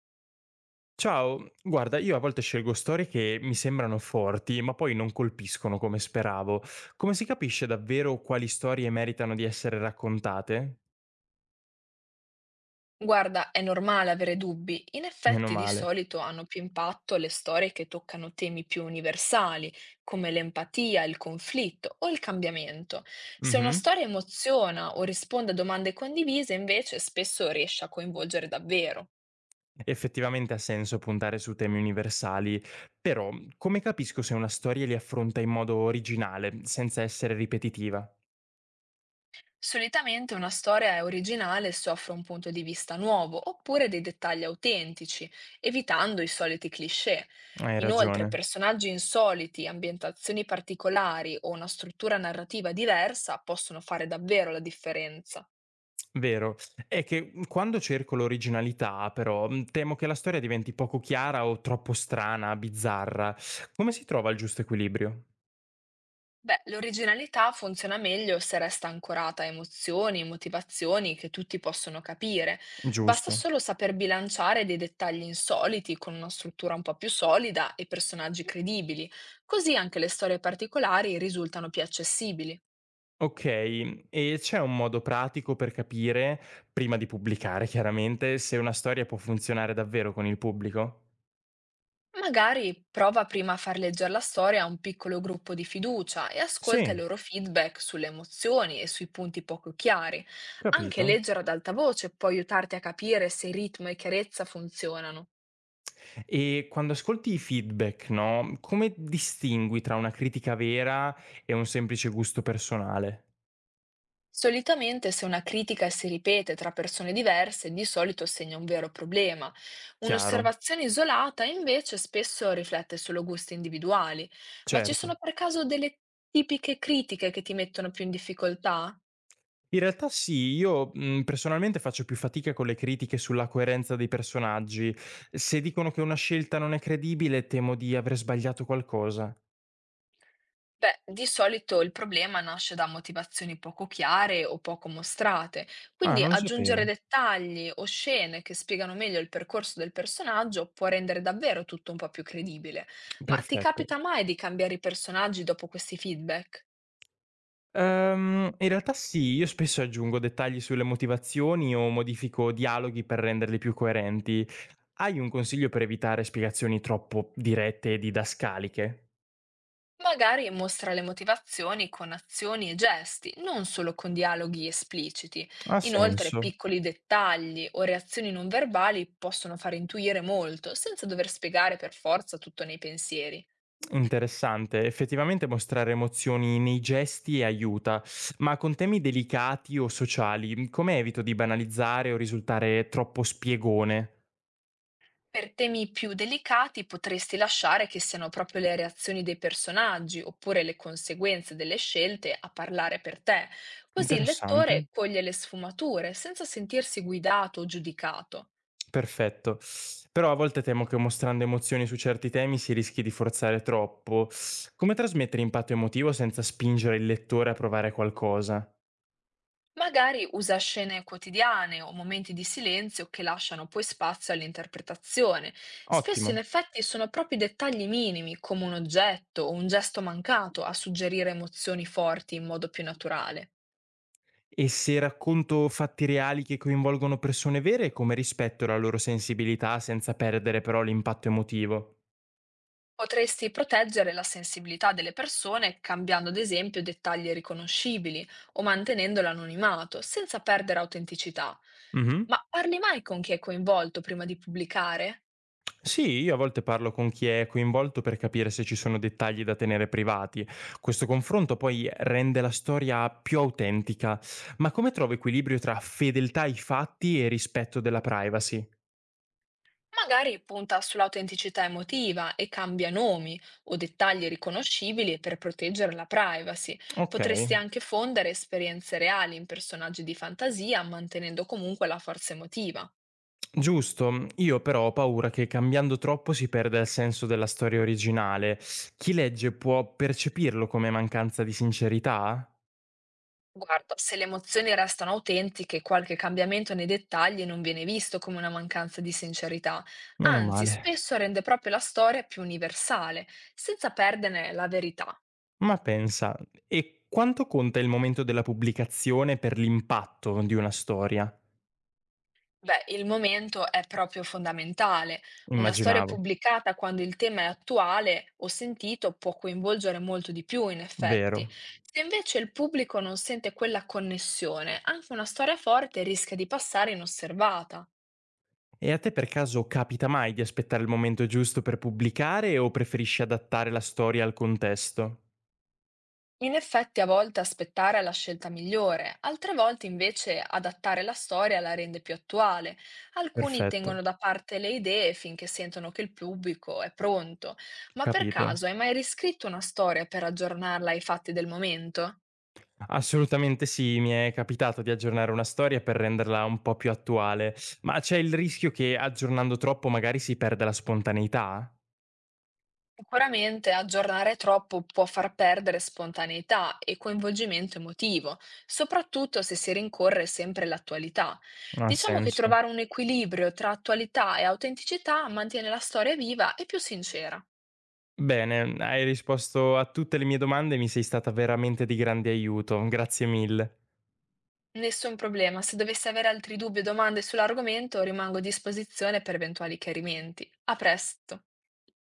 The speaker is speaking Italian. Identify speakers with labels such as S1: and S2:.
S1: Ciao, guarda, io a volte scelgo storie che mi sembrano forti, ma poi non colpiscono come speravo. Come si capisce davvero quali storie meritano di essere raccontate?
S2: Guarda, è normale avere dubbi. In
S1: Meno
S2: effetti, di
S1: male.
S2: solito hanno più impatto le storie che toccano temi più universali, come l'empatia, il conflitto o il cambiamento. Se una
S1: Mhm.
S2: storia emoziona o risponde a domande condivise, invece, spesso riesce a coinvolgere davvero.
S1: Effettivamente ha senso puntare su temi universali, però come capisco se una storia li affronta in modo originale, senza essere ripetitiva?
S2: Solitamente una storia è originale se offre un punto di vista nuovo oppure dei dettagli autentici, evitando i soliti cliché.
S1: Hai
S2: Inoltre,
S1: ragione.
S2: personaggi insoliti, ambientazioni particolari o una struttura narrativa diversa possono fare davvero la differenza.
S1: Vero. È che, quando cerco l'originalità però, temo che la storia diventi poco chiara o troppo strana, bizzarra. Come si trova il giusto equilibrio?
S2: Beh, l'originalità funziona meglio se resta ancorata a emozioni, motivazioni che tutti possono capire. Basta
S1: Giusto.
S2: solo saper bilanciare dei dettagli insoliti con una struttura un po' più solida e personaggi credibili, così anche le storie particolari risultano più accessibili.
S1: Okay, e c'è un modo pratico per capire, prima di pubblicare chiaramente, se una storia può funzionare davvero con il pubblico?
S2: Magari prova prima a far leggere la storia a un piccolo gruppo di fiducia e ascolta i
S1: Sì,
S2: loro feedback sulle emozioni e sui punti poco chiari. Anche
S1: capito.
S2: leggere ad alta voce può aiutarti a capire se ritmo e chiarezza funzionano.
S1: E quando ascolti i feedback, no, come distingui tra una critica vera e un semplice gusto personale?
S2: Solitamente se una critica si ripete tra persone diverse, di solito segna un vero problema.
S1: Chiaro,
S2: Un'osservazione isolata invece spesso riflette solo gusti individuali. Ma ci sono
S1: certo.
S2: per caso delle tipiche critiche che ti mettono più in difficoltà?
S1: In realtà sì, io, personalmente faccio più fatica con le critiche sulla coerenza dei personaggi. Se dicono che una scelta non è credibile, temo di aver sbagliato qualcosa.
S2: Beh, di solito il problema nasce da motivazioni poco chiare o poco mostrate,
S1: Ah,
S2: quindi
S1: non lo
S2: aggiungere
S1: sapevo.
S2: dettagli o scene che spiegano meglio il percorso del personaggio può rendere davvero tutto un po' più credibile. Ma ti
S1: Perfetto.
S2: capita mai di cambiare i personaggi dopo questi feedback?
S1: In realtà sì, io spesso aggiungo dettagli sulle motivazioni o modifico dialoghi per renderli più coerenti. Hai un consiglio per evitare spiegazioni troppo dirette e didascaliche?
S2: Magari mostra le motivazioni con azioni e gesti, non solo con dialoghi espliciti.
S1: Ha
S2: Inoltre,
S1: senso.
S2: piccoli dettagli o reazioni non verbali possono far intuire molto, senza dover spiegare per forza tutto nei pensieri.
S1: Interessante, effettivamente mostrare emozioni nei gesti aiuta, ma con temi delicati o sociali, come evito di banalizzare o risultare troppo spiegone?
S2: Per temi più delicati potresti lasciare che siano proprio le reazioni dei personaggi oppure le conseguenze delle scelte a parlare per te, così il
S1: Interessante,
S2: lettore coglie le sfumature senza sentirsi guidato o giudicato.
S1: perfetto. Però a volte temo che mostrando emozioni su certi temi si rischi di forzare troppo. Come trasmettere impatto emotivo senza spingere il lettore a provare qualcosa?
S2: Magari usa scene quotidiane o momenti di silenzio che lasciano poi spazio all'interpretazione. Spesso in
S1: Ottimo.
S2: effetti sono proprio i dettagli minimi, come un oggetto o un gesto mancato, a suggerire emozioni forti in modo più naturale.
S1: E se racconto fatti reali che coinvolgono persone vere, come rispetto la loro sensibilità senza perdere però l'impatto emotivo?
S2: Potresti proteggere la sensibilità delle persone cambiando ad esempio dettagli riconoscibili o mantenendo l'anonimato, senza perdere autenticità.
S1: Mhm.
S2: Ma parli mai con chi è coinvolto prima di pubblicare?
S1: Sì, io a volte parlo con chi è coinvolto per capire se ci sono dettagli da tenere privati. Questo confronto poi rende la storia più autentica. Ma come trovo equilibrio tra fedeltà ai fatti e rispetto della privacy?
S2: Magari punta sull'autenticità emotiva e cambia nomi o dettagli riconoscibili per proteggere la privacy.
S1: Ok.
S2: Potresti anche fondere esperienze reali in personaggi di fantasia, mantenendo comunque la forza emotiva.
S1: Giusto, io però ho paura che cambiando troppo si perda il senso della storia originale. Chi legge può percepirlo come mancanza di sincerità?
S2: Guarda, se le emozioni restano autentiche, qualche cambiamento nei dettagli non viene visto come una mancanza di sincerità,
S1: Meno
S2: anzi,
S1: male.
S2: spesso rende proprio la storia più universale, senza perdere la verità.
S1: Ma pensa, e quanto conta il momento della pubblicazione per l'impatto di una storia?
S2: Beh, il momento è proprio fondamentale. Una storia
S1: Immaginavo,
S2: pubblicata quando il tema è attuale o sentito può coinvolgere molto di più, in effetti.
S1: vero.
S2: Se invece il pubblico non sente quella connessione, anche una storia forte rischia di passare inosservata.
S1: E a te per caso capita mai di aspettare il momento giusto per pubblicare o preferisci adattare la storia al contesto?
S2: In effetti a volte aspettare è la scelta migliore, altre volte invece adattare la storia la rende più attuale. Alcuni
S1: Perfetto,
S2: tengono da parte le idee finché sentono che il pubblico è pronto. Ma per
S1: capito.
S2: caso hai mai riscritto una storia per aggiornarla ai fatti del momento?
S1: Assolutamente sì, mi è capitato di aggiornare una storia per renderla un po' più attuale, ma c'è il rischio che aggiornando troppo magari si perda la spontaneità?
S2: Sicuramente aggiornare troppo può far perdere spontaneità e coinvolgimento emotivo, soprattutto se si rincorre sempre l'attualità.
S1: Non ha
S2: Diciamo che
S1: senso.
S2: trovare un equilibrio tra attualità e autenticità mantiene la storia viva e più sincera.
S1: Bene, hai risposto a tutte le mie domande e mi sei stata veramente di grande aiuto, grazie mille.
S2: Nessun problema, se dovessi avere altri dubbi o domande sull'argomento rimango a disposizione per eventuali chiarimenti. A presto!